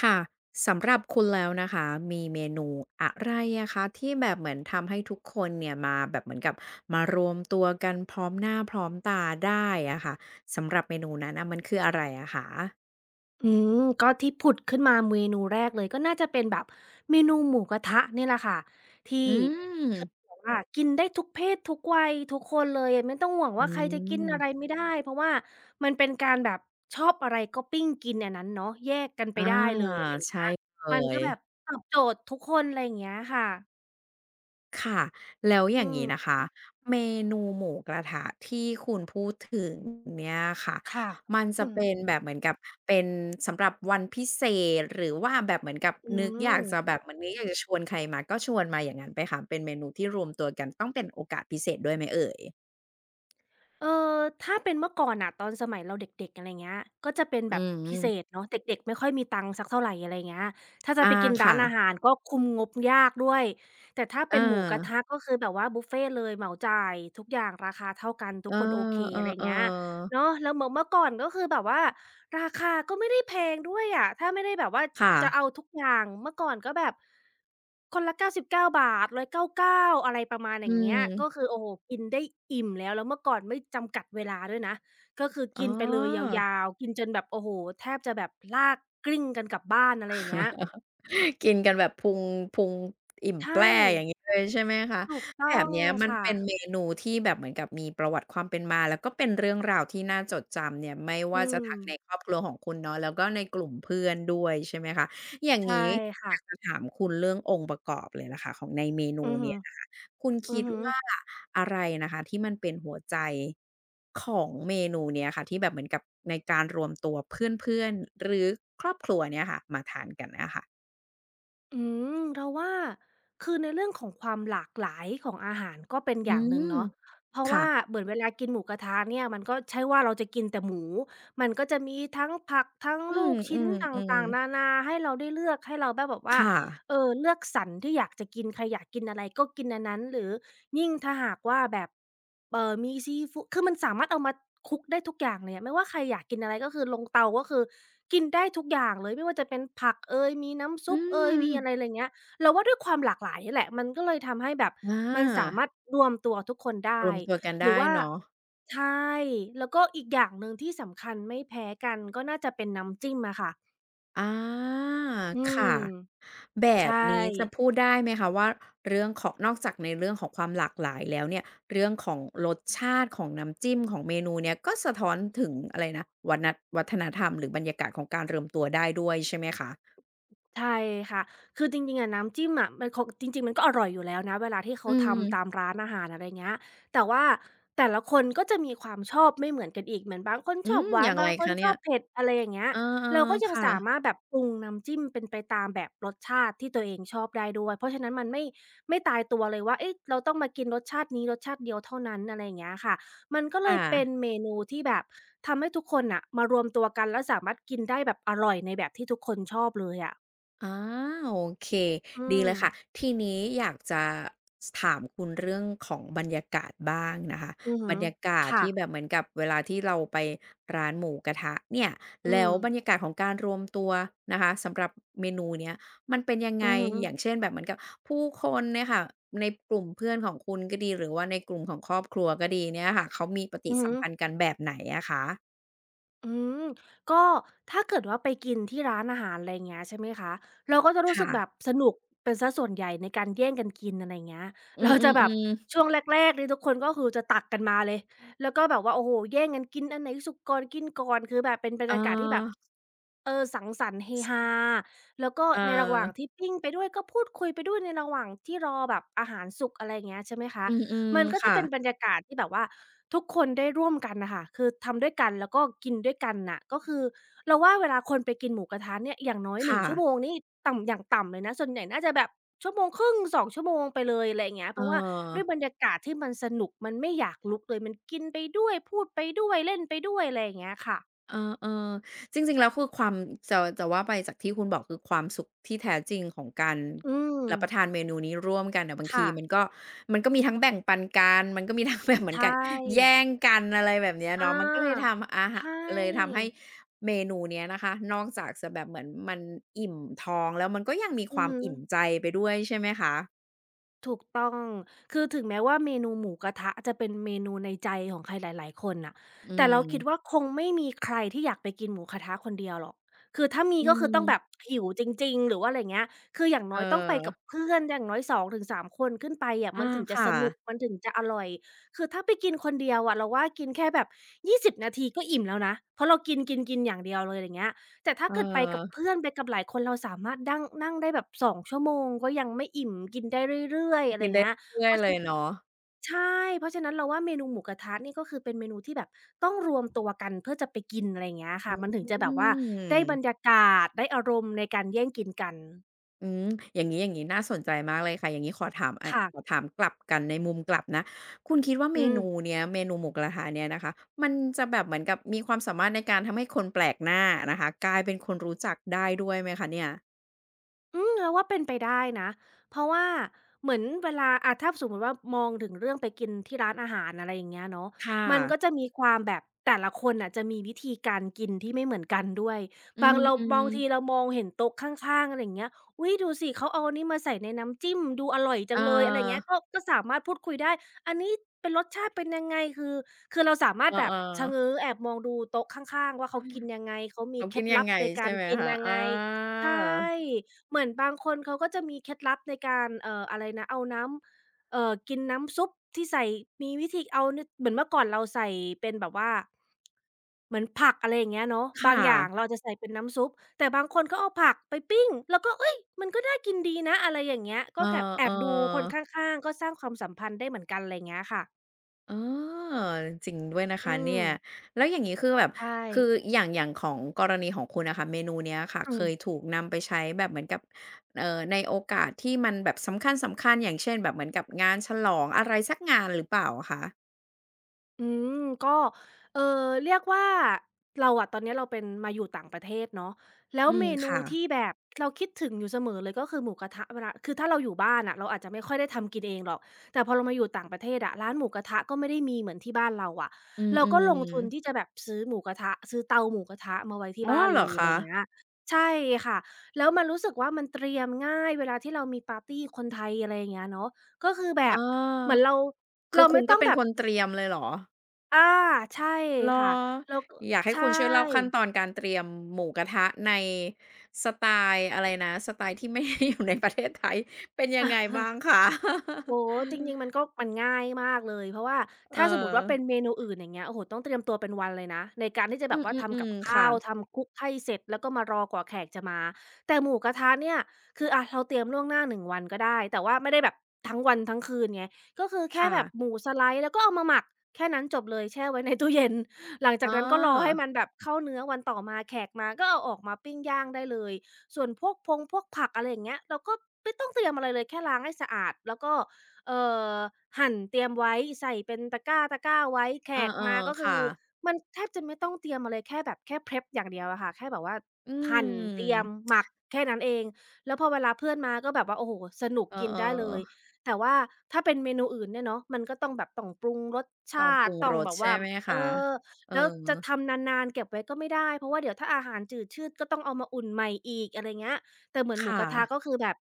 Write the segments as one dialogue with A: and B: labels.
A: ค่ะสำหรับคุณแล้วนะคะมีเมนูอะไรอะคะที่แบบเหมือนทำให้ทุกคนเนี่ยมาแบบเหมือนกับมารวมตัวกันพร้อมหน้าพร้อมตาได้อะค่ะสำหรับเมนูนั้นน่ะมันคืออะไรอะคะ
B: อืมก็ที่ผุดขึ้นมาเมนูแรกเลยก็น่าจะเป็นแบบเมนูหมูกระทะเนี่ยแหละค่ะที่
A: อืม
B: คือแบบว่ากินได้ทุกเพศทุกวัยทุกคนเลยอะไม่ต้องห่วง
A: อื
B: ว่าใครจะกิน
A: ม
B: อะไรไม่ได้เพราะว่ามันเป็นการแบบชอบอะไรก็ปิ้งกินอันนั้นเนาะแยกกันไป
A: อา
B: ได้เลยอะไรอย่างเงี้
A: ใช่
B: ย
A: เล
B: มันก็
A: ย
B: แบบตอบโจทย์ทุกคนอะไรอย่างเงี้ยค่ะ
A: ค่ะแล้วอ
B: อื
A: ย่างนี้นะ
B: ม
A: คะเมนูหมูกระทะที่คุณพูดถึงเนี่ยค่ะ
B: ค่ะ
A: มัน
B: อ
A: จะเป็นแบบเหมือนกับเป็นสำหรับวันพิเศษหรือว่าแบบเหมือนกับ
B: ื
A: นึกอยาก
B: ม
A: จะแบบเหมือนนึกอยากจะชวนใครมาก็ชวนมาอย่างนั้นไปค่ะเป็นเมนูที่รวมตัวกันต้องเป็นโอกาสพิเศษด้วยไหมเอ่ย
B: เออถ้าเป็นเมื่อก่อนน่ะตอนสมัยเราเด็กๆอะไรเงี้ยก็จะเป็น
A: อื
B: แบบพิเศษ
A: ม
B: เนาะเด็กๆไม่ค่อยมีตังค์สักเท่าไรอะไรเงี้ยถ้าจะไป
A: อา
B: กินร้า
A: ค่ะ
B: นอาหารก็คุมงบยากด้วยแต่ถ้า
A: เออ
B: เป็นหมูกระทะก็คือแบบว่าบุฟเฟต์เลยเหมาจ่ายทุกอย่างราคาเท่ากันทุ
A: เอ
B: กคนโอเคอะ
A: อ
B: ไรเงี้ย
A: ๆๆ
B: เนาะแล้วเมื่อก่อนก็คือแบบว่าราคาก็ไม่ได้แพงด้วยอะถ้าไม่ได้แบบว่า
A: ค่ะ
B: จะเอาทุกอย่างเมื่อก่อนก็แบบคนละ฿99 199อยเก้าเก้าอะไรประมาณอ
A: อื
B: ย่างเงี้ยก็
A: ม
B: คือโอ้โฮกินได้อิ่มแล้วแล้วเมื่อก่อนไม่จำกัดเวลาด้วยนะก็คือ
A: อ๋อ
B: กินไปเลยยาวๆกินจนแบบโอ้โฮแทบจะแบบลากกลิ้งกันกลับบ้านอะไรอย่างเงี้ย
A: กินกันแบบพุงพุงอิ่มแป
B: ใช่
A: ร่อย่างงี้เลยใช่ไหมคะ
B: ถูก
A: แบ
B: ต้อ
A: บ
B: ง
A: เนี้ยมัน
B: ค่ะ
A: เป็นเมนูที่แบบเหมือนกับมีประวัติความเป็นมาแล้วก็เป็นเรื่องราวที่น่าจดจำเนี่ยไม่
B: อื
A: ว่าจะ
B: ม
A: ทั้งในครอบครัวของคุณเนาะแล้วก็ในกลุ่มเพื่อนด้วยใช่ไหมคะอย่าง
B: ใช่
A: งี้อ
B: ค่ะ
A: ยากจะถามคุณเรื่ององค์ประกอบเลยล่ะค่ะของในเมนู
B: อือ
A: เนี่
B: ฮึ
A: ยนะคะคุณ
B: อื
A: คิ
B: อ
A: ด
B: ฮึ
A: ว่าอะไรนะคะที่มันเป็นหัวใจของเมนูเนี้ยค่ะที่แบบเหมือนกับในการรวมตัวเพื่อนๆหรือครอบครัวเนี่ยค่ะมาทานกันอะค่ะ
B: อืมเราว่าคือในเรื่องของความหลากหลายของอาหารก็เป็นอ
A: อื
B: ย่างหนึ่ง
A: ม
B: เนาะเพราะว่า
A: ค่ะ
B: เหมือนเวลากินหมูกระทะเนี่ยมันก็ใช่ว่าเราจะกินแต่หมูมันก็จะมีทั้งผักทั้ง
A: อื
B: ลู
A: ม
B: ก
A: อื
B: ชิ้น
A: ม
B: ต
A: อืม
B: ่างๆนานาให้เราได้เลือกให้เราได้แบบว่า
A: ค่ะ
B: เลือกสรรที่อยากจะกินใครอยากกินอะไรก็กินอันนั้นหรือยิ่งถ้าหากว่าแบบ มีซีฟูดคือมันสามารถเอามาคลุกได้ทุกอย่างเลยอะไม่ว่าใครอยากกินอะไรก็คือลงเตาก็คือกินได้ทุกอย่างเลย ไม่ว่าจะเป็นผักเอยมีน้ำซุ
A: อื
B: ปเอย
A: ม
B: มีอะไรไรเงี้ยเราว่าด้วยความหลากหลายนี่แหละ มันก็เลยทำให้แบบ
A: อา
B: มันสามารถรวมตัวทุกคน
A: ร
B: ได้
A: วมตัวกัน
B: หรือ
A: ได้
B: ว่า
A: เนาะ
B: ใช่ แล้วก็อีกอย่างหนึ่งที่สำคัญไม่แพ้กันก็น่าจะเป็นน้ำจิ้มอะค่ะ
A: อา
B: อื
A: ค่ะ
B: ม
A: แบ
B: ใช่
A: บนี้จะพูดได้ไหมคะว่าเรื่องของนอกจากในเรื่องของความหลากหลายแล้วเนี่ยเรื่องของรสชาติของน้ำจิ้มของเมนูเนี่ยก็สะท้อนถึงอะไรนะวัฒนธรรมหรือบรรยากาศของการรวมตัวได้ด้วยใช่ไหมคะ
B: ใช่ค่ะ คือจริงๆอะน้ำจิ้มอะมันเขาจริงๆมันก็อร่อยอยู่แล้วนะเวลาที่
A: อื
B: เขาทำตาม
A: ม
B: ร้านอาหารอะไรเงี้ยแต่ว่าแต่ละคนก็จะมีความชอบไม่เหมือนกันอีก เหมือนบางคน
A: อื
B: ชอบ
A: ม
B: ห
A: อ
B: วาน
A: ย่าง
B: บา
A: ไร
B: งคน
A: คะ
B: ช
A: เนี่
B: อ
A: ย
B: บเผ็ดอะไรอย่างเงี้ย
A: เออ
B: เราก็
A: ๆ
B: ยัง
A: ค่ะ
B: สามารถแบบปรุงน้ำจิ้มเป็นไปตามแบบรสชาติที่ตัวเองชอบได้ด้วย เพราะฉะนั้นมันไม่ตายตัวเลยว่าเอ๊ะเราต้องมากินรสชาตินี้รสชาติเดียวเท่านั้นอะไรอย่างเงี้ยค่ะมันก็เล
A: ค่ะ
B: ยเป็นเมนูที่แบบทำให้ทุกคนน่ะมารวมตัวกันแล้วสามารถกินได้แบบอร่อยในแบบที่ทุกคนชอบเลยอะ
A: อาโอเค
B: อื
A: ดี
B: ม
A: เลยค่ะทีนี้อยากจะถามคุณเรื่องของบรรยากาศบ้างนะคะ
B: อือ
A: บ
B: ฮึ
A: รรยากาศ
B: ค่ะ
A: ที่แบบเหมือนกับเวลาที่เราไปร้านหมูกระทะเนี่ย
B: อื
A: แล้
B: ม
A: วบรรยากาศของการรวมตัวนะคะสำหรับเมนูเนี้ยมันเป็นยัง
B: อื
A: ไง
B: อฮึ
A: อย่างเช่นแบบเหมือนกับผู้คนเนี่ยค่ะในกลุ่มเพื่อนของคุณก็ดีหรือว่าในกลุ่มของครอบครัวก็ดีเนี่ยค่ะเขามีปฏิ
B: อือฮึ
A: สัมพันธ์กันแบบไหนอะคะ
B: อืมก็ถ้าเกิดว่าไปกินที่ร้านอาหารอะไรอย่างเงี้ยใช่ไหมคะเราก็จะรู้สึกแบบ
A: ค่ะ
B: สนุกเป็นเสียส่วนใหญ่ในการแย่งกันกินอะไรอย่างเงี้ย
A: อื
B: เราจะแบบ
A: มๆ
B: ช่
A: ๆ
B: วงแรกๆนี่ทุกคนก็คือจะตักกันมาเลยแล้วก็แบบว่าโอ้โฮแย่งกันกินอันไหนสุกก่อนกินก่อนคือแบบเป็นบร
A: เอ
B: รยากาศที่แบบ
A: อ
B: เออสังสรรค์เฮฮาแล้วก็
A: เอ
B: ในระหว่าง
A: อ
B: ที่ปิ้งไปด้วยก็พูดคุยไปด้วยในระหว่างที่รอแบบอาหารสุกอะไรอย่างเงี้ยใช่ไหมคะ
A: อืมอืม
B: มันก็จะ
A: ค่ะ
B: เป็นบรรยากาศที่แบบว่าทุกคนได้ร่วมกันน่ะค่ะคือทำด้วยกันแล้วก็กินด้วยกันน่ะก็คือเราว่าเวลาคนไปกินหมูกระทะเนี่ยอย่างน้อย
A: ค่ะ
B: 1ชั่วโมงนี่ต่ำอย่างต่ำเลยนะส่วนใหญ่น่าจะแบบชั่วโมงครึ่ง2ชั่วโมงไปเลยอะไรอย่างเงี้ย
A: เอ
B: เพ
A: อ
B: ราะว่าด้วยบรรยากาศที่มันสนุกมันไม่อยากลุกเลยมันกินไปด้วยพูดไปด้วยเล่นไปด้วยอะไรอย่างเงี้ยค่ะ
A: เออเออจริงๆ แล้วคือความจะจะว่าไปจากที่คุณบอกคือความสุขที่แท้จริงของการ
B: อืม
A: รับประทานเมนูนี้ร่วมกันน่ะบางทีมัน
B: ค่ะ
A: ก็มันก็มีทั้งแบ่งปันกันมันก็มีทั้งแบบเหมื
B: ใช
A: อนกับ
B: ่
A: แย่งกันอะไรแบบเนี้ย
B: อ
A: เนาะมันก็เลย
B: า
A: ทำอา
B: ใช
A: หาเลยทำ
B: ่
A: ให้เมนูเนี้ยนะคะนอกจากจะแบบเหมือนมันอิ่มท้องแล้วมันก็ยังมีค
B: อือ
A: วาม
B: ฮึ
A: อิ่มใจไปด้วยใช่ไหมคะ
B: ถูกต้องคือถึงแม้ว่าเมนูหมูกระทะจะเป็นเมนูในใจของใครหลายๆคนน่ะ
A: อื
B: แต่เรา
A: ม
B: คิดว่าคงไม่มีใครที่อยากไปกินหมูกระทะคนเดียวหรอกคือถ้ามี
A: อื
B: ก็คือต้องแบบ
A: ม
B: หิวจริงๆหรือว่าอะไรเงี้ยคืออย่าง
A: เอ
B: น้
A: อ
B: อยต้องไปกับเพื่อนอย่างน้อย2 ถึง 3 คนขึ้นไปอะมั
A: อา
B: นถึงจะ
A: ค่ะ
B: สนุกมันถึงจะอร่อยคือถ้าไปกินคนเดียวอะเราว่ากินแค่แบบ20 นาทีก็อิ่มแล้วนะเพราะเรากินๆๆอย่างเดียวเลยอย่างเงี้ย แต่
A: เ
B: ถ้าเกิดไปกับ
A: ออ
B: เพื่อนไปกับหลายคนเราสามารถดั้งนั่งได้แบบ2ชั่วโมงก็ยังไม่อิ่มกินได้เรื่อยๆอะไร
A: กินได้
B: เงี้ย
A: เรื่
B: เพ
A: อยๆ
B: ราะฉ
A: เลยเนาะ
B: ใช่เพราะฉะนั้นเราว่าเมนูหมูกระทะนี่ก็คือเป็นเมนูที่แบบต้องรวมตัวกันเพื่อจะไปกินอะไรเงี้ยค่ะมันถึง
A: อื
B: จะแบบว่าได้บร
A: ม
B: รยากาศได้อารมณ์ในการแย่งกินกัน
A: อืม อย่างนี้ อย่างนี้น่าสนใจมากเลยค่ะ อย่างนี้ขอถามขอ
B: ค่ะ
A: ถามกลับกันในมุมกลับนะ คุณคิดว่าเม
B: อืม
A: นูเนี้ย เมนูหมูกระทะเนี่ยนะคะ มันจะแบบเหมือนกับมีความสามารถในการทำให้คนแปลกหน้านะคะกลายเป็นคนรู้จักได้ด้วยไหมคะเนี่ย
B: อืมเราว่าเป็นไปได้นะเพราะว่าเหมือนเวลาอะถ้าสมมติว่ามองถึงเรื่องไปกินที่ร้านอาหารอะไรอย่างเงี้ยเนาะ
A: ค่ะ
B: มันก็จะมีความแบบแต่ละคนอ่ะจะมีวิธีการกินที่ไม่เหมือนกันด้วย
A: อืม
B: บางทีเรา
A: ๆ
B: มองเห็นโต๊ะข้างๆอะไรอย่างเงี้ยอุ้ยดูสิเขาเอาอันนี้มาใส่ในน้ำจิ้มดูอร่อยจั
A: เอ
B: งเลยอะไรเงี้
A: อ
B: ยก็สามารถพูดคุยได้อันนี้เป็นรสชาติเป็นยังไงคือเราสามาร
A: เอ
B: ถ
A: อ
B: แบบชะเง้อ
A: ๆ
B: แอบมองดูโต๊ะข้างๆว่าเขากินยังไงเขามี
A: เขา
B: เค
A: กิ
B: ล็
A: น
B: ด
A: ยั
B: ลั
A: ง
B: บ
A: ไง
B: ในกา
A: ใช่
B: ร
A: ไหม
B: กิน
A: คะ
B: ยัง
A: อ
B: ไง
A: า
B: ใช่ เหมือนบางคนเขาก็จะมีเคล็ดลับในการเอ่ออะไรนะเอาน้ำกินน้ำซุปที่ใส่มีวิธีเอานเหมือนเมื่อก่อนเราใส่เป็นแบบว่าเหมือนผักอะไรอย่างเงี้ยเนาะ
A: ค
B: บางอย่าง
A: ่ะ
B: เราจะใส่เป็นน้ำซุปแต่บางคนก็เอาผักไปปิ้งแล้วก็เฮ้ยมันก็น่ากินดีนะอะไรอย่างเงี้ยก็แบบแอ
A: เออ
B: บดูคนข
A: ๆ
B: ้างๆก็สร้างความสัมพันธ์ได้เหมือนกันอะไรเงี้ยค่ะ
A: เออจริงด้วยนะ
B: อื
A: คะ
B: ม
A: เนี่ยแล้วอย่างนี้คือแบบ
B: ใช่
A: คืออย่างอย่างของกรณีของคุณน่ะค่ะเมนูเนี้ยค่ะ
B: อื
A: เค
B: ม
A: ยถูกนำไปใช้แบบเหมือนกับในโอกาสที่มันแบบสำคัญๆอย่างเช่นแบบเหมือนกับงานฉลองอะไรสักงานหรือเปล่าอะคะ
B: อืมก็เอ่อเรียกว่าเราอะตอนเนี้ยเราเป็นมาอยู่ต่างประเทศเนาะแล้ว
A: อืม
B: เมนู
A: ค่ะ
B: ที่แบบเราคิดถึงอยู่เสมอเลยก็คือหมูกระทะเวลาคือถ้าเราอยู่บ้านอะเราอาจจะไม่ค่อยได้ทำกินเองหรอกแต่พอเรามาอยู่ต่างประเทศอะร้านหมูกระทะก็ไม่ได้มีเหมือนที่บ้านเราอะ
A: อื
B: เราก็ลง
A: ม
B: ทุนที่จะ
A: ๆ
B: แบบซื้อหมูกระทะซื้อเตาหมูกระทะมาไว้ที่
A: อ๋อ
B: บ้าน
A: เหร
B: เล
A: อ
B: ยอะไร
A: คะ
B: เงี้ยใช่ค่ะแล้วมันรู้สึกว่ามันเตรียมง่ายเวลาที่เรามีปาร์ตีคนไทยอะไรอย่างเงี้ยเนาะก็คือแบ
A: เอ
B: บ
A: อ
B: เหมือนเรา
A: คือ
B: เรา
A: คุ
B: ไม่
A: ณก็
B: ต้อง
A: เป็น
B: แบ
A: ค
B: บ
A: นเตรียมเลยเหรอ
B: อาใช่
A: เหรอ
B: ค่ะแล้ว
A: อยากให้
B: ใช่
A: คุณช่วยเล่าขั้นตอนการเตรียมหมูกระทะในสไตล์อะไรนะสไตล์ที่ไม่ได้อยู่ในประเทศไทยเป็นยัง
B: อ
A: ไงบ้าง
B: า
A: คะ
B: โอ้โฮจริงๆมัน ก็มันง่ายมากเลยเพราะว่า
A: เอ
B: ถ้าสมมุติว่าเป็น
A: อ
B: เมนูอื่นอย่างเงี้ยโอ้โฮต้องเตรียมตัวเป็นวันเลยนะในการที่จะ
A: อื
B: แบบว่าทำกับ
A: มๆๆ
B: ข้า
A: ค่ะ
B: วทำคลุกให้เสร็จแล้วก็มารอกว่าแขกจะมาแต่หมูกระทะเนี่ยคืออะเราเตรียมล่วงหน้า1 วันก็ได้แต่ว่าไม่ได้แบบทั้งวันทั้งคืนไงก็คือแค่
A: ค่ะ
B: แบบหมูสไลซ์แล้วก็เอามาหมักแค่นั้นจบเลยแช่ไว้ในตู้เย็น หลัง
A: อ๋
B: จากนั้นก็รอให้
A: อ
B: มันแบบเข้าเนื้อวันต่อมาแขกมาก็เอาออกมาปิ้งย่างได้เลยส่วนพวกพงพวกผักอะไรอย่างเงี้ยเราก็ไม่ต้องเตรียมอะไรเลยแค่ล้างให้สะอาดแล้วก็ เอ่อหั่นเตรียมไว้ใส่เป็นตะกร้าตะกร้าไว้แข
A: เออ
B: กมาก็
A: ๆ
B: คือ
A: ค่ะ
B: มันแทบจะไม่ต้องเตรียมอะไรเลยแค่แบบแค่ prep อย่างเดียวอะค่ะแค่แบบว่า
A: อื
B: หั่นเตรียม
A: ม
B: หมักแค่นั้นเองแล้วพอเวลาเพื่อนมาก็แบบว่าโอ้โฮสนุก
A: เ
B: กินได้เลย
A: ออ
B: แต่ว่าถ้าเป็นเมนูอื่นเนี่ยเนาะมันก็ต้องแบบต้องปรุงรส
A: ๆต้อง
B: ชา
A: ปรุ
B: ติ
A: ง
B: ต้อ
A: ร
B: ง
A: ส
B: แบบ
A: ใช่
B: ว่า
A: ไหม
B: เอ
A: คะ
B: อ
A: เออ
B: แล้วจะทำนานๆเก็บไว้ก็ไม่ได้เพราะว่าเดี๋ยวถ้าอาหารจืดชืดก็ต้องเอามาอุ่นใหม่อีกอะไรเงี้ย แต่เหมือนหมูก
A: ค่ะ
B: ระทะก็คือแบบ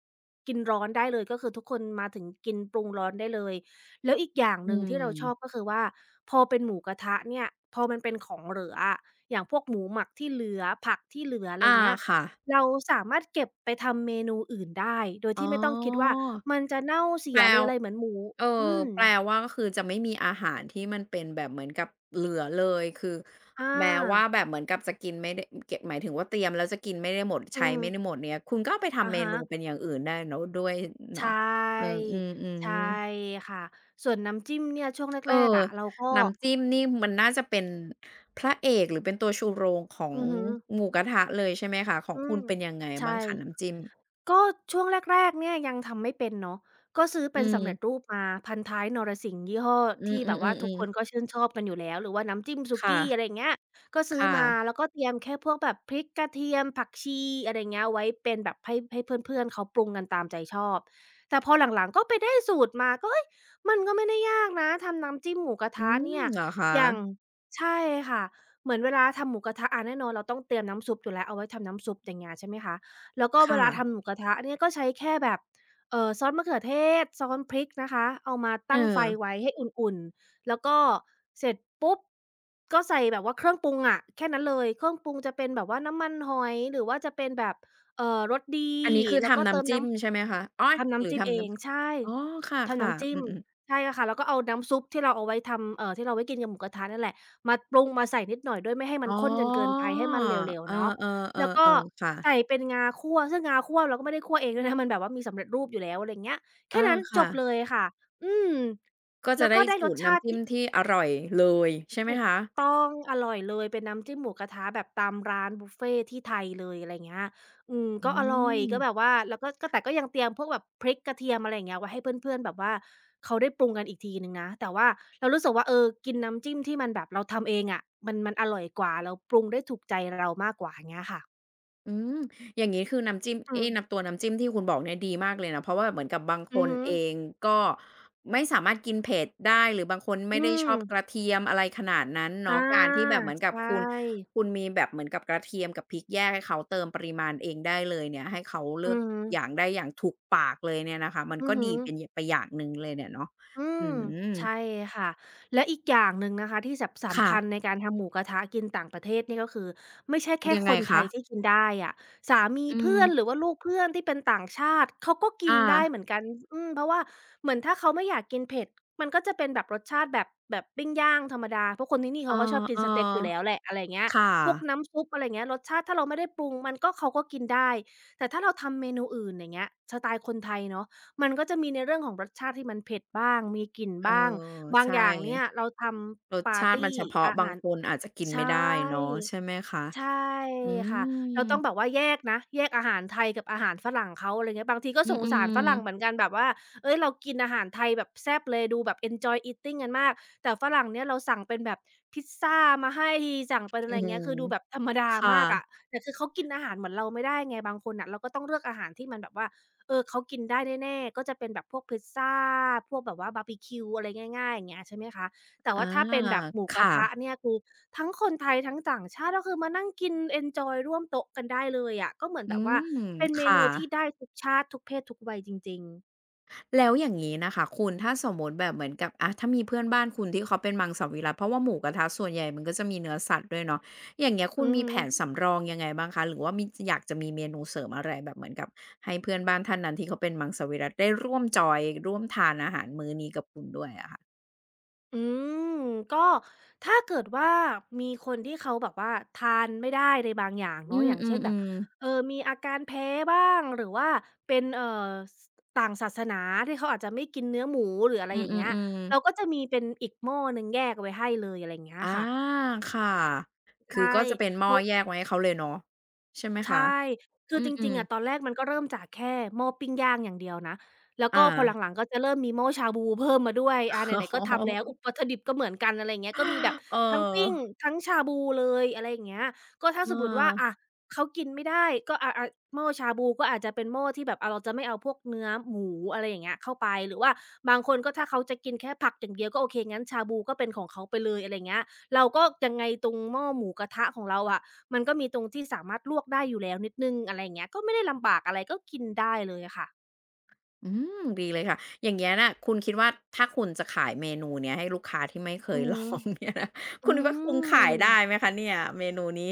B: กินร้อนได้เลยก็คือทุกคนมาถึงกินปรุงร้อนได้เลยแล้วอีกอย่าง
A: อื
B: หนึ่งที่เราชอบ
A: ม
B: ก็คือว่าพอเป็นหมูกระทะเนี่ยพอมันเป็นของเหลืออะอย่างพวกหมูหมักที่เหลือผักที่เหลืออะไร
A: อา
B: เงี้ย
A: ค่ะ
B: เราสามารถเก็บไปทำเมนูอื่นได้โดย
A: อ๋
B: ที่ไม่ต้องคิด
A: อ
B: ว่ามันจะเน่าเสี
A: แป
B: ย
A: ล
B: หรืออะไรเหมือนหมู
A: เออ
B: อืม
A: แปลว่าก็คือจะไม่มีอาหารที่มันเป็นแบบเหมือนกับเหลือเลยคือ
B: อา
A: แม้ว่าแบบเหมือนกับจะกินไม่ได้เกะหมายถึงว่าเตรียมแล้วจะกินไม่ได้หมด
B: อื
A: ใช้
B: ม
A: ไม่ได้หมดเนี่ยคุณก็เอาไป
B: อะ
A: ทำเม
B: ฮะ
A: นูเป็นอย่างอื่นได้เนาะด้วย
B: ใช
A: เนาะเออ
B: ่
A: อืม
B: ใช่
A: ๆ
B: ค่ะส่วนน้ำจิ้มเนี่ยช่วง
A: เอ
B: แรก
A: อ
B: ๆอะเราก็
A: น้ำจิ้มนี่มันน่าจะเป็นพระเอกหรือเป็นตัวชูโรงของ
B: อือฮึ
A: หมูกระทะเลยใช่ไหมคะของ
B: อื
A: คุ
B: ม
A: ณเป็นยังไง
B: ใช่
A: บ้างคะน้ำจิ้ม
B: ก็ช่วงแรกๆเนี่ยยังทำไม่เป็นเนาะก็ซื้อ
A: อื
B: เป็น
A: ม
B: สำเร็จรูปมาพันท้ายนรสิงห์ยี่ห้อ
A: อือ
B: ที่แบบว่าทุกค
A: ๆๆ
B: น
A: ๆ
B: ก็ชื่นชอบกันอยู่แล้วหรือว่าน้ำจิ้มสุ
A: ค่ะ
B: กี้อะไรอย่างเงี้ยก็ซื้อ
A: ค่ะ
B: มาแล้วก็เตรียมแค่พวกแบบพริกกระเทียมผักชีอะไรอย่างเงี้ยไว้เป็นแบบให้เพื่อนๆเขาปรุงกันตามใจชอบแต่พอหลังๆก็ไปได้สูตรมาก็เฮ้ยมันก็ไม่ได้ยากนะทำน้ำจิ้มหมูกระ
A: อื
B: ทะ
A: ม
B: เนี่ย
A: เหรอคะ
B: อย่างใช่ค่ะเหมือนเวลาทำหมูกระทะอาแน่นอนเราต้องเตรียมน้ำซุปอยู่แล้วเอาไว้ทำน้ำซุปอย่างเงี้ยใช่ไหมคะ แล้วก็
A: ค
B: เวลาทำห
A: ่ะ
B: มูกระทะเนี่ยก็ใช้แค่แบบซอสมะเขือเทศซอสพริกนะคะเอามา
A: เออ
B: ตั้งไฟไว้ให้อุ่นๆแล้วก็เสร็จปุ๊บก็ใส่แบบว่าเครื่องปรุงอะแค่นั้นเลยเครื่องปรุงจะเป็นแบบว่าน้ำมันหอยหรือว่าจะเป็นแบบรสดี
A: อันนี้คือ
B: แล้วก็
A: ทำ
B: เติม
A: น้ำจิ้มใช่
B: น้ำ
A: ไหมคะอ๊อย
B: ทำ
A: หรื
B: น้ำ
A: อ
B: จิ้มเอ
A: ทำน้
B: งใช่
A: ำอ๋อค
B: ทำ
A: ่ะ
B: น้ำ
A: ๆ
B: จิ้
A: อื
B: ม
A: มๆ
B: ใช่ค่ะแล้วก็เอาน้ำซุปที่เราเอาไว้ทำที่เราไว้กินกับหมูกระทะนั่นแหละมาปรุงมาใส่นิดหน่อยด้วยไม่ให้มั
A: อ๋
B: นข้นจนเกินไป
A: อ
B: ให้มันเหลว
A: เอ
B: ๆเนาะ
A: อๆ
B: แล้วก็
A: ๆๆ
B: ใส่
A: ค่ะ
B: เป็นงาคั่วซึ่งงาคั่วเราก็ไม่ได้คั่วเองด้วยนะมันแบบว่ามีสำเร็จรูปอยู่แล้วอะไรอย่างเงี้ย
A: อา
B: แค่นั้นจ
A: ค่ะ
B: บเลยค่ะอืม
A: ก็จะ
B: แล้ว
A: ได้
B: ก็ได้ร
A: สู
B: ส
A: ตร
B: ชา
A: น้ำ
B: ติ
A: จิ้ม
B: ที่
A: ที่อร่อยเลยใช่ไหม
B: ถูก
A: คะ
B: ต้องอร่อยเลยเป็นน้ำจิ้มหมูกระทะแบบตามร้านบุฟเฟต์ที่ไทยเลยอะไรเงี้ยอืม
A: อื
B: ก็อร่อยก็แบบ
A: ม
B: ว่าแล้วก็แต่ก็ยังเตรียมพวกแบบพริกกระเทียมอะไรอย่างเงี้ยไว้ให้เพื่อนๆแบบว่าเขาได้ปรุงกันอีกทีหนึ่งนะแต่ว่าเรารู้สึกว่าเออกินน้ำจิ้มที่มันแบบเราทำเองอะมันอร่อยกว่าเราปรุงได้ถูกใจเรามากกว่าอย่างเงี้ยค่ะ
A: อืมอย่างงี้คือน้ำจิ้ม
B: อื
A: ไอ้
B: ม
A: น้ำตัวน้ำจิ้มที่คุณบอกเนี่ยดีมากเลยนะเพราะว่าเหมือนกับบางค
B: อือ
A: น
B: ฮึ
A: เองก็ไม่สามารถกินเผ็ดได้หรือบางคนไม่
B: อื
A: ได้ช
B: ม
A: อบกระเทียมอะไรขนาดนั้นเนาะ
B: อา
A: การที่แบบเหมือน
B: ใช
A: กับคุณ
B: ่
A: คุณมีแบบเหมือนกับกระเทียมกับพริกแยกให้เขาเติมปริมาณเองได้เลยเนี่ยให้เขา
B: อื
A: เลือก
B: อฮึ
A: อย่างได้อย่างถูกปากเลยเนี่ยนะคะมัน
B: อื
A: ก็
B: อฮึ
A: ดีเป็นยไปอย่างหนึ่งเลยเนี่ยเนาะ
B: อืม
A: อืม
B: ใช่ค่ะและอีกอย่างหนึ่งนะคะที่แบบสำ
A: ค่ะ
B: คัญในการทำหมูกระทะกินต่างประเทศนี่ก็คือไม่ใช่แค่
A: ยัง
B: ค
A: ไง
B: นไท
A: คะ
B: ยที่กินได้อะสามี
A: อืม
B: เพื่อนหรือว่าลูกเพื่อนที่เป็นต่างชาติเขาก็กิน
A: อา
B: ได้เหมือนกันอืมเพราะว่าเหมือนถ้าเขาไม่อยากกินเผ็ดมันก็จะเป็นแบบรสชาติแบบปิ้งย่างธรรมดาเพราะคนที่นี่
A: เอ
B: เขาก็ชอบกิน
A: อ
B: สเต็กอยู่แล้วแหละอะไรอย่างเงี้ย
A: ๆค่ะ
B: พวกน้ำซุปอะไรอย่างเงี้ยรสชาติถ้าเราไม่ได้ปรุงมันก็เขาก็กินได้แต่ถ้าเราทำเมนูอื่นอย่างเงี้ยสไตล์คนไทยเนาะ มันก็จะมีในเรื่องของรสชาติที่มันเผ็ดบ้าง มีกลิ่น
A: เออ
B: บ้าง บาง
A: ใช่
B: อย่างเนี่ยเราท
A: รส
B: ำปาร์
A: ชาติมั
B: ตี
A: นเฉพาะ
B: อา
A: บาง
B: หาร
A: คนอาจจะกิน
B: ใช่
A: ไม่ได้เนาะใช่ไหมคะ
B: ใช่
A: อื
B: ค่ะ
A: ม
B: เราต้องแบบว่าแยกนะแยกอาหารไทยกับอาหารฝรั่งเขาอะไรเงี้ยบางทีก็
A: อื
B: สงสารฝ
A: ม
B: รั่งเหมือ
A: ๆ
B: นกันแบบว่าเฮ้ยเรากินอาหารไทยแบบแซ่บเลยดูแบบ enjoy eating กันมากแต่ฝรั่งเนี่ยเราสั่งเป็นแบบพิซซามาให้สั่งเป็นอะ
A: อื
B: ไรเงี้ยคือดูแบบ
A: ม
B: ธรรมดา
A: ค่ะ
B: มากอะแต่คือเขากินอาหารเหมือนเราไม่ได้ไงบางคนน่ะเราก็ต้องเลือกอาหารที่มันแบบว่าเออเขากินได้แน่ๆก็จะเป็นแบบพวกพิซซาพวกแบบว่าบาร์บีคิวอะไรง่ายๆอย่างเงี้ยใช่ไหมคะแต่
A: อา
B: ว่าถ้าเป็นแบบหมู
A: ค
B: กระทะ
A: ่ะ
B: เนี่ยคือ ทั้งคนไทยทั้งต่างชาติก็คือมานั่งกินเอนจอยร่วมโต๊ะกันได้เลยอะก็เหมือน
A: อื
B: แบบว่า
A: ม
B: เป็นเม
A: ค่ะ
B: นูที่ได้ทุกชาติทุกเพศทุกวัยจริงๆ
A: แล้วอย่างงี้น่ะค่ะคุณถ้าสมมุติแบบเหมือนกับอะถ้ามีเพื่อนบ้านคุณที่เขาเป็นมังสวิรัติเพราะว่าหมูกระทะส่วนใหญ่มันก็จะมีเนื้อสัตว์ด้วยเนาะอย่างเงี้ยคุ
B: อื
A: ณ
B: อ
A: มี
B: ฮึ
A: แผนสำรองยังไงบ้างคะหรือว่ามีอยากจะมีเมนูเสริมอะไรแบบเหมือนกับให้เพื่อนบ้านท่านนั้นที่เขาเป็นมังสวิรัติได้ร่วมจอยร่วมทานอาหารมื้อนี้กับคุณด้วยอะค่ะ
B: อืมก็ถ้าเกิดว่ามีคนที่เขาแบบว่าทานไม่ได้ในบางอย่าง
A: อื
B: เนาะ
A: ม
B: อย่าง
A: อืม
B: เช่นแบ
A: อื
B: บ
A: ม
B: มีอาการแพ้บ้างหรือว่าเป็นสต่างศาสนาที่เขาอาจจะไม่กินเนื้อหมูหรืออะไร
A: อื
B: อ
A: ม
B: ย่าง
A: อม
B: เงี้ย
A: อืม
B: เราก็จะมีเป็นอีกหม้อหนึ่งแยกเอาไว้ให้เลยอะไรอย่างเงี้ย
A: อา
B: ค่ะ
A: ค่ะคือ
B: ใช่
A: ก็จะเป็นห
B: เพ
A: ม้อ
B: ราะ
A: แยกไว้ให้เขาเลยเนาะใช่ไหม
B: ใช่
A: คะ
B: คื
A: อื
B: อจริง
A: ม
B: ๆอะ
A: ๆ
B: ตอนแรกมันก็เริ่มจากแค่หม้อปิ้งย่างอย่างเดียวนะแล้ว
A: อา
B: ก็พอหลังๆก็จะเริ่มมีหม้อชาบูเพิ่มมาด้วยอาไหนๆก็ทำแล้วอุ ปวัตถุดิบก็เหมือนกันอะไรอย่างเงี้ย
A: อ๋อ
B: ก็มีแบบ
A: เอ
B: ทั้งปิ้ง
A: อ
B: ทั้งชาบูเลยอะไรอย่างเงี้ยก็ถ้า
A: เออ
B: สมมุติว่าอะเขากินไม่ได้ก็อะหม้อชาบูก็อาจจะเป็นหม้อที่แบบอะเราจะไม่เอาพวกเนื้อหมูอะไรอย่างเงี้ยเข้าไปหรือว่าบางคนก็ถ้าเขาจะกินแค่ผักอย่างเดียวก็โอเคงั้นชาบูก็เป็นของเขาไปเลยอะไรอย่างเงี้ย เราก็ยังไงตรงหม้อหมูกระทะของเราอะมันก็มีตรงที่สามารถลวกได้อยู่แล้วนิดหนึ่งอะไรอย่างเงี้ยก็ไม่ได้ลำบากอะไรก็กินได้เลยอะค่ะ
A: อืมดีเลยค่ะอย่างเงี้ยน่ะคุณคิดว่าถ้าคุณจะขายเมนูเนี้ยให้ลูกค้าที่ไม่เค
B: อื
A: ย
B: อ
A: ล
B: ฮึ
A: องเนี่ยนะ
B: อื
A: คุณคิดว่าคุณขาย
B: ม
A: ได้ไหมคะเนี่ยเมนูนี้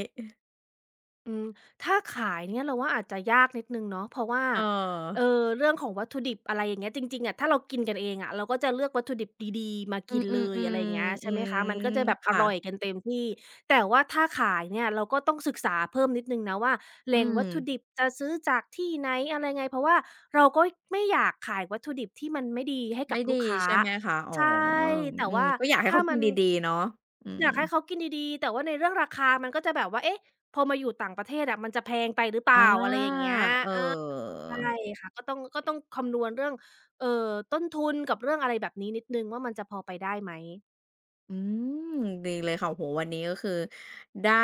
B: อืมถ้าขายเนี่ยเราว่าอาจจะยากนิดหนึ่งเนาะเพราะว่า
A: เออ
B: เรื่องของวัตถุดิบอะไรอย่างเงี้ยจริงๆอะถ้าเรากินกันเองอะเราก็จะเลือกวัตถุดิบดีๆมา
A: อื
B: กินเล
A: มๆ
B: ยอะไรอย่างเงี้ย
A: ๆอื
B: ใช่ไหมคะมัน
A: ม
B: ก็จะแบบอ
A: ค่ะ
B: ร่อยกันเต็มที่แต่ว่าถ้าขายเนี่ยเราก็ต้องศึกษาเพิ่มนิดหนึ่งนะว่าแห
A: อื
B: ล่ง
A: ม
B: วัตถุดิบจะซื้อจากที่ไหนอะไรไงเพราะว่าเราก็ไม่อยากขายวัตถุดิบที่มันไม่ดีให้กั
A: ไม่
B: บ
A: ดี
B: ลูกค้า
A: ใช่ไหมคะอ๋อ
B: ใช่แต่
A: อืม
B: ว่า
A: ก็อยากให้
B: ถ้า
A: เขากิ
B: มั
A: น
B: น
A: ดีๆเนาะอื
B: อ
A: ม
B: ยากให้เขากินดีๆแต่ว่าในเรื่องราคามันก็จะแบบว่าเอ๊ะ พอมาอยู่ต่างประเทศอะมันจะแพงไปหรือเปล่าอะไร
A: อา
B: อย่างเงี้ย
A: เอ
B: เออ
A: อ
B: ใช่ค่ะก็ต้องคำนวณเรื่องเอ่อต้นทุนกับเรื่องอะไรแบบนี้นิดหนึ่งว่ามันจะพอไปได้ไหม
A: อืมดีเลยค่ะโอ้โฮวันนี้ก็คือได้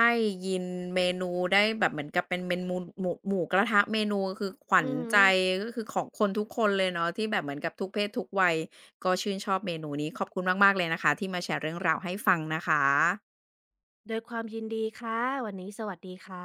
A: ยินเมนูได้แบบเหมือนกับเป็นเมนูหมูกระทะเมนูคือขวั
B: อื
A: ญ
B: อฮึ
A: ใจก็คือของคนทุกคนเลยเนาะที่แบบเหมือนกับทุกเพศทุกวัยก็ชื่นชอบเมนูนี้ขอบคุณมากๆเลยนะคะที่มาแชร์เรื่องราวให้ฟังนะคะ
B: ด้วยความยินดีค่ะวันนี้สวัสดีค่ะ